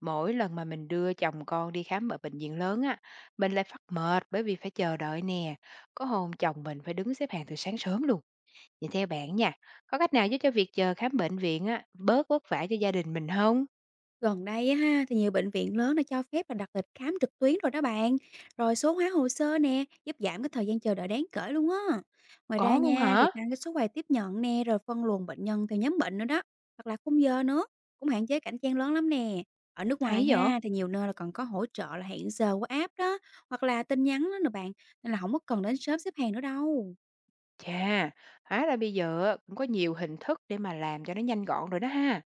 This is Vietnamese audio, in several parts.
Mỗi lần mà mình đưa chồng con đi khám ở bệnh viện lớn á, mình lại phát mệt bởi vì phải chờ đợi nè. Có hôm chồng mình phải đứng xếp hàng từ sáng sớm luôn. Vậy theo bạn nha, có cách nào giúp cho việc chờ khám bệnh viện á bớt vất vả cho gia đình mình không? Gần đây á ha, thì nhiều bệnh viện lớn đã cho phép là đặt lịch khám trực tuyến rồi đó bạn. Rồi số hóa hồ sơ nè, giúp giảm cái thời gian chờ đợi đáng kể luôn á. Ngoài ra Có luôn nha, thì hả? tăng cái số quầy tiếp nhận nè, rồi phân luồng bệnh nhân theo nhóm bệnh nữa đó. Hoặc là khung giờ nữa, cũng hạn chế cảnh chen lớn lắm nè. Ở nước ngoài Hay vậy? ha, thì nhiều nơi là còn có hỗ trợ là hẹn giờ qua app đó, hoặc là tin nhắn đó nè bạn. Nên là không có cần đến sớm xếp hàng nữa đâu. Chà, hóa ra bây giờ á, cũng có nhiều hình thức để mà làm cho nó nhanh gọn rồi đó ha.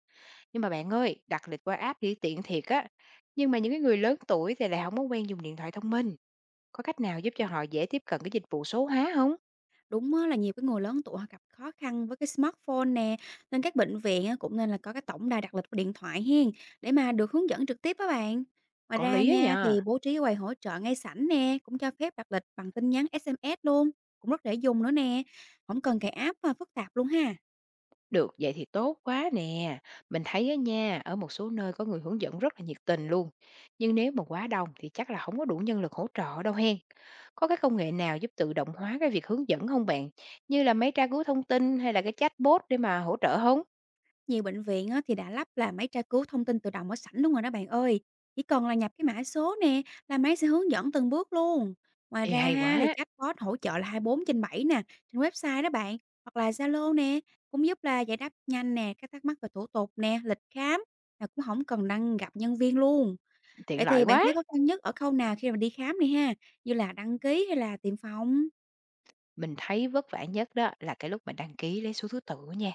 Nhưng mà bạn ơi, đặt lịch qua app thì tiện thiệt á. Nhưng mà những cái người lớn tuổi thì lại không có quen dùng điện thoại thông minh. Có cách nào giúp cho họ dễ tiếp cận cái dịch vụ số hóa không? Đúng á, là nhiều cái người lớn tuổi họ gặp khó khăn với cái smartphone nè, nên các bệnh viện á, cũng nên là có cái tổng đài đặt lịch của điện thoại hiên để mà được hướng dẫn trực tiếp các bạn. Ngoài Có ra lý á nha, thì nha. bố trí quầy hỗ trợ ngay sảnh nè, cũng cho phép đặt lịch bằng tin nhắn SMS luôn, cũng rất dễ dùng nữa nè, không cần cài app mà phức tạp luôn ha. Được, vậy thì tốt quá nè. Mình thấy á nha, ở một số nơi có người hướng dẫn rất là nhiệt tình luôn. Nhưng nếu mà quá đông thì chắc là không có đủ nhân lực hỗ trợ đâu hen. Có cái công nghệ nào giúp tự động hóa cái việc hướng dẫn không bạn? Như là máy tra cứu thông tin hay là cái chatbot để mà hỗ trợ không? Nhiều bệnh viện á, thì đã lắp là máy tra cứu thông tin tự động ở sẵn luôn rồi đó bạn ơi. Chỉ cần là nhập cái mã số nè là máy sẽ hướng dẫn từng bước luôn. Ngoài Ê, ra hay ha, thì quá, chatbot hỗ trợ là 24 trên 7 nè, trên website đó bạn, hoặc là Zalo nè, cũng giúp là giải đáp nhanh nè các thắc mắc về thủ tục nè, lịch khám, mà cũng không cần đăng gặp nhân viên luôn. tiện Vậy lợi thì bạn quá. thấy khó khăn nhất ở khâu nào khi mà đi khám này ha, như là đăng ký hay là tiêm phòng? Mình thấy vất vả nhất đó là cái lúc mà đăng ký lấy số thứ tự nha.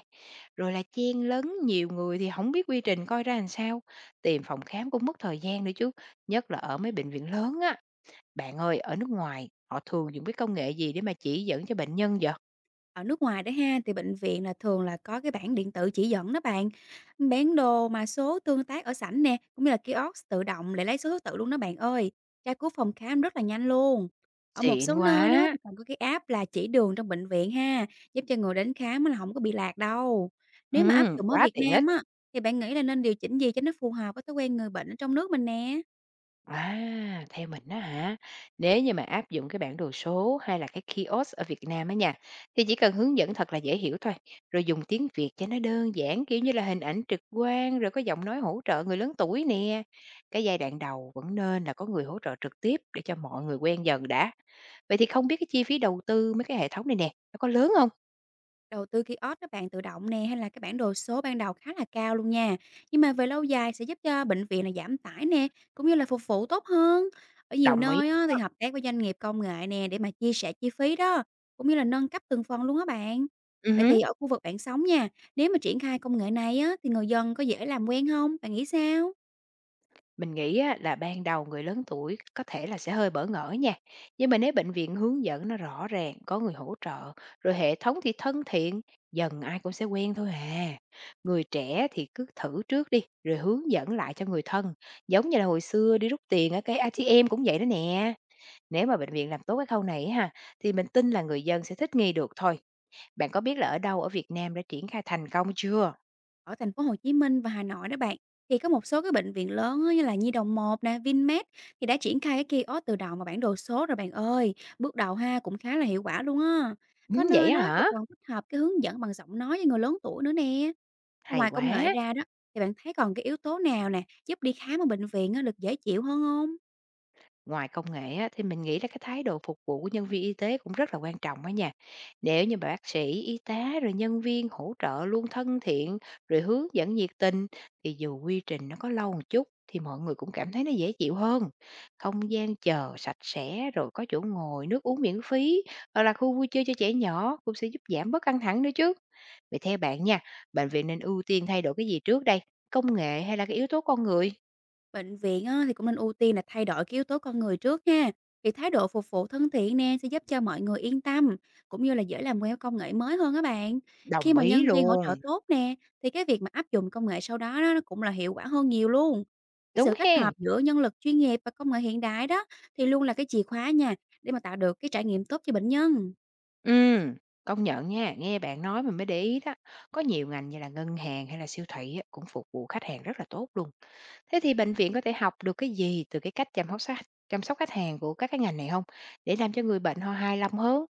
Rồi là chen lấn nhiều người thì không biết quy trình coi ra làm sao. Tìm phòng khám cũng mất thời gian nữa chứ. Nhất là ở mấy bệnh viện lớn á. Bạn ơi, ở nước ngoài họ thường dùng cái công nghệ gì để mà chỉ dẫn cho bệnh nhân vậy? Ở nước ngoài đó ha, thì bệnh viện là thường là có cái bảng điện tử chỉ dẫn đó bạn. Bản đồ mà số tương tác ở sảnh nè, cũng như là kiosk tự động để lấy số thứ tự luôn đó bạn ơi. Tra cứu phòng khám rất là nhanh luôn. Ở một Xịn số nơi đó quá! thì còn có cái app là chỉ đường trong bệnh viện ha, giúp cho người đến khám là không có bị lạc đâu. Nếu mà áp dụng ở Quá Việt tiện ích. Nam á, thì bạn nghĩ là nên điều chỉnh gì cho nó phù hợp với thói quen người bệnh ở trong nước mình nè? À, theo mình đó hả, nếu như mà áp dụng cái bản đồ số hay là cái kiosk ở Việt Nam á nha, thì chỉ cần hướng dẫn thật là dễ hiểu thôi, rồi dùng tiếng Việt cho nó đơn giản, kiểu như là, hình ảnh trực quan, rồi có giọng nói hỗ trợ người lớn tuổi nè. Cái giai đoạn đầu vẫn nên là có người hỗ trợ trực tiếp để cho mọi người quen dần đã. Vậy thì không biết cái chi phí đầu tư mấy cái hệ thống này nè, nó có lớn không? Đầu tư kiosk các bạn tự động nè, hay là cái bản đồ số ban đầu khá là cao luôn nha. Nhưng mà về lâu dài sẽ giúp cho bệnh viện là giảm tải nè, cũng như là phục vụ tốt hơn. Ở nhiều Đồng ý. nơi á, thì Ừ. hợp tác với doanh nghiệp công nghệ nè, để mà chia sẻ chi phí đó, cũng như là nâng cấp từng phần luôn á bạn. Vậy thì ở khu vực bạn sống nha, nếu mà triển khai công nghệ này á, thì người dân có dễ làm quen không? Bạn nghĩ sao? Mình nghĩ á, là ban đầu người lớn tuổi có thể là sẽ hơi bỡ ngỡ nha, nhưng mà nếu bệnh viện hướng dẫn nó rõ ràng, có người hỗ trợ, rồi hệ thống thì thân thiện, dần ai cũng sẽ quen thôi à. Người trẻ thì cứ thử trước đi, rồi hướng dẫn lại cho người thân, giống như là hồi xưa đi rút tiền ở cái ATM cũng vậy đó nè. Nếu mà bệnh viện làm tốt cái khâu này á ha, thì mình tin là người dân sẽ thích nghi được thôi. Bạn có biết là ở đâu ở Việt Nam đã triển khai thành công chưa? Ở thành phố Hồ Chí Minh và Hà Nội đó bạn, thì có một số cái bệnh viện lớn á, như là Nhi đồng 1 nè, Vinmed, thì đã triển khai cái kiosk tự động và bản đồ số rồi bạn ơi. Bước đầu ha, cũng khá là hiệu quả luôn á. Có Ừ, vậy nơi á đó thì hả? còn tích hợp cái hướng dẫn bằng giọng nói cho người lớn tuổi nữa nè. Hay Ngoài công nghệ quá. ra đó, thì bạn thấy còn cái yếu tố nào nè, giúp đi khám ở bệnh viện á, được dễ chịu hơn không? Ngoài công nghệ á, thì mình nghĩ là cái thái độ phục vụ của nhân viên y tế cũng rất là quan trọng đó nha. Nếu như mà bác sĩ, y tá rồi nhân viên hỗ trợ luôn thân thiện rồi hướng dẫn nhiệt tình thì dù quy trình nó có lâu một chút thì mọi người cũng cảm thấy nó dễ chịu hơn. Không gian chờ sạch sẽ rồi có chỗ ngồi, nước uống miễn phí hoặc là khu vui chơi cho trẻ nhỏ cũng sẽ giúp giảm bớt căng thẳng nữa chứ. Vậy theo bạn nha, bệnh viện nên ưu tiên thay đổi cái gì trước đây? Công nghệ hay là cái yếu tố con người? Bệnh viện á, thì cũng nên ưu tiên là thay đổi cái yếu tố con người trước ha. Thì thái độ phục vụ thân thiện nè, sẽ giúp cho mọi người yên tâm, cũng như là dễ làm quen với công nghệ mới hơn các bạn. Khi Đồng mà ý nhân viên hỗ trợ luôn. tốt nè, thì cái việc mà áp dụng công nghệ sau đó, nó cũng là hiệu quả hơn nhiều luôn. Cái Đúng sự kết hen. hợp giữa nhân lực chuyên nghiệp và công nghệ hiện đại đó, thì luôn là cái chìa khóa nha, để mà tạo được cái trải nghiệm tốt cho bệnh nhân. Ừm, công nhận nha, nghe bạn nói mình mới để ý đó. Có nhiều ngành như là ngân hàng hay là siêu thị á, cũng phục vụ khách hàng rất là tốt luôn. Thế thì bệnh viện có thể học được cái gì từ cái cách chăm sóc khách hàng của các cái ngành này không? Để làm cho người bệnh họ hài lòng hơn.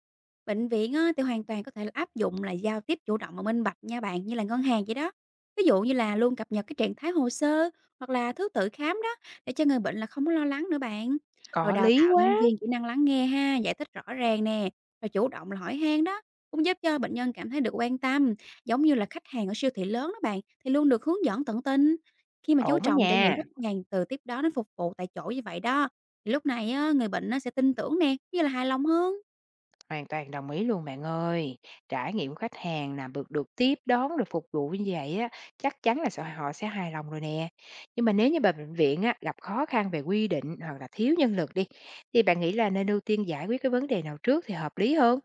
Bệnh viện á, thì hoàn toàn có thể là áp dụng là giao tiếp chủ động và minh bạch nha bạn, như là ngân hàng vậy đó. Ví dụ như là luôn cập nhật cái trạng thái hồ sơ, hoặc là thứ tự khám đó, để cho người bệnh là không có lo lắng nữa bạn. Rồi Có đào lý tạo quá, nhân viên kỹ năng lắng nghe ha, giải thích rõ ràng nè, rồi chủ động là hỏi han đó, cũng giúp cho bệnh nhân cảm thấy được quan tâm, giống như là khách hàng ở siêu thị lớn đó bạn, thì luôn được hướng dẫn tận tình. Khi mà chú ổn đó trọng trải nghiệm nha. khách hàng từ tiếp đó đến phục vụ tại chỗ như vậy đó, thì lúc này á, người bệnh nó sẽ tin tưởng nè, cũng như là hài lòng hơn. Hoàn toàn đồng ý luôn bạn ơi. Trải nghiệm của khách hàng là được được tiếp đón, được phục vụ như vậy á, chắc chắn là họ sẽ hài lòng rồi nè. Nhưng mà nếu như bà bệnh viện á, gặp khó khăn về quy định hoặc là thiếu nhân lực đi, thì bạn nghĩ là nên ưu tiên giải quyết cái vấn đề nào trước thì hợp lý hơn?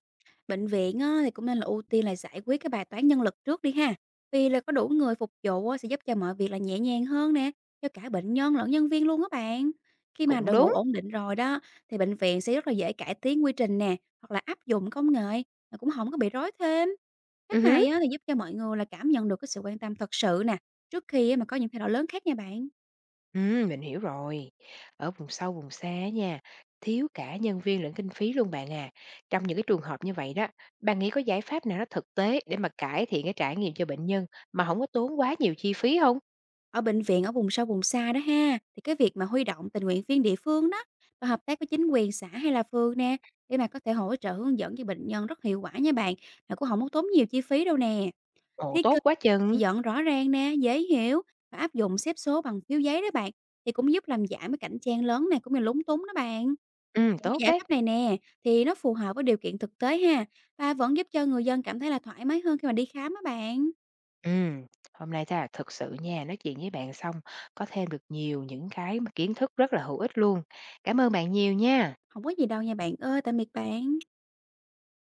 Bệnh viện á, thì cũng nên là ưu tiên là giải quyết cái bài toán nhân lực trước đi ha. Vì là có đủ người phục vụ á, sẽ giúp cho mọi việc là nhẹ nhàng hơn nè, cho cả bệnh nhân lẫn nhân viên luôn á bạn. Khi mà Cũng đội ngũ đúng. ổn định rồi đó, thì bệnh viện sẽ rất là dễ cải tiến quy trình nè, hoặc là áp dụng công nghệ, mà cũng không có bị rối thêm. Ừ Cách hứ. này á, thì giúp cho mọi người là cảm nhận được cái sự quan tâm thật sự nè, trước khi á, mà có những thay đổi lớn khác nha bạn. Ừ, mình hiểu rồi. Ở vùng sâu, vùng xa nha, thiếu cả nhân viên lẫn kinh phí luôn bạn à. Trong những cái trường hợp như vậy đó, bạn nghĩ có giải pháp nào nó thực tế để mà cải thiện cái trải nghiệm cho bệnh nhân mà không có tốn quá nhiều chi phí không? Ở bệnh viện ở vùng sâu vùng xa đó ha, thì cái việc mà huy động tình nguyện viên địa phương đó, và hợp tác với chính quyền xã hay là phường nè, để mà có thể hỗ trợ hướng dẫn cho bệnh nhân rất hiệu quả nha bạn, mà cũng không có tốn nhiều chi phí đâu nè. Ồ, Thiết kế tốt quá chỉ chừng! dẫn rõ ràng nè, dễ hiểu, và áp dụng xếp số bằng phiếu giấy đó bạn, thì cũng giúp làm giảm cái cảnh trang lớn này, cũng như lúng túng đó bạn. Những cái Tốt giải đấy. pháp này nè, thì nó phù hợp với điều kiện thực tế ha, và vẫn giúp cho người dân cảm thấy là thoải mái hơn khi mà đi khám á bạn. Ừm, hôm nay ta thực sự nha, nói chuyện với bạn xong có thêm được nhiều những cái mà kiến thức rất là hữu ích luôn. Cảm ơn bạn nhiều nha. Không có gì đâu nha bạn ơi, tạm biệt bạn.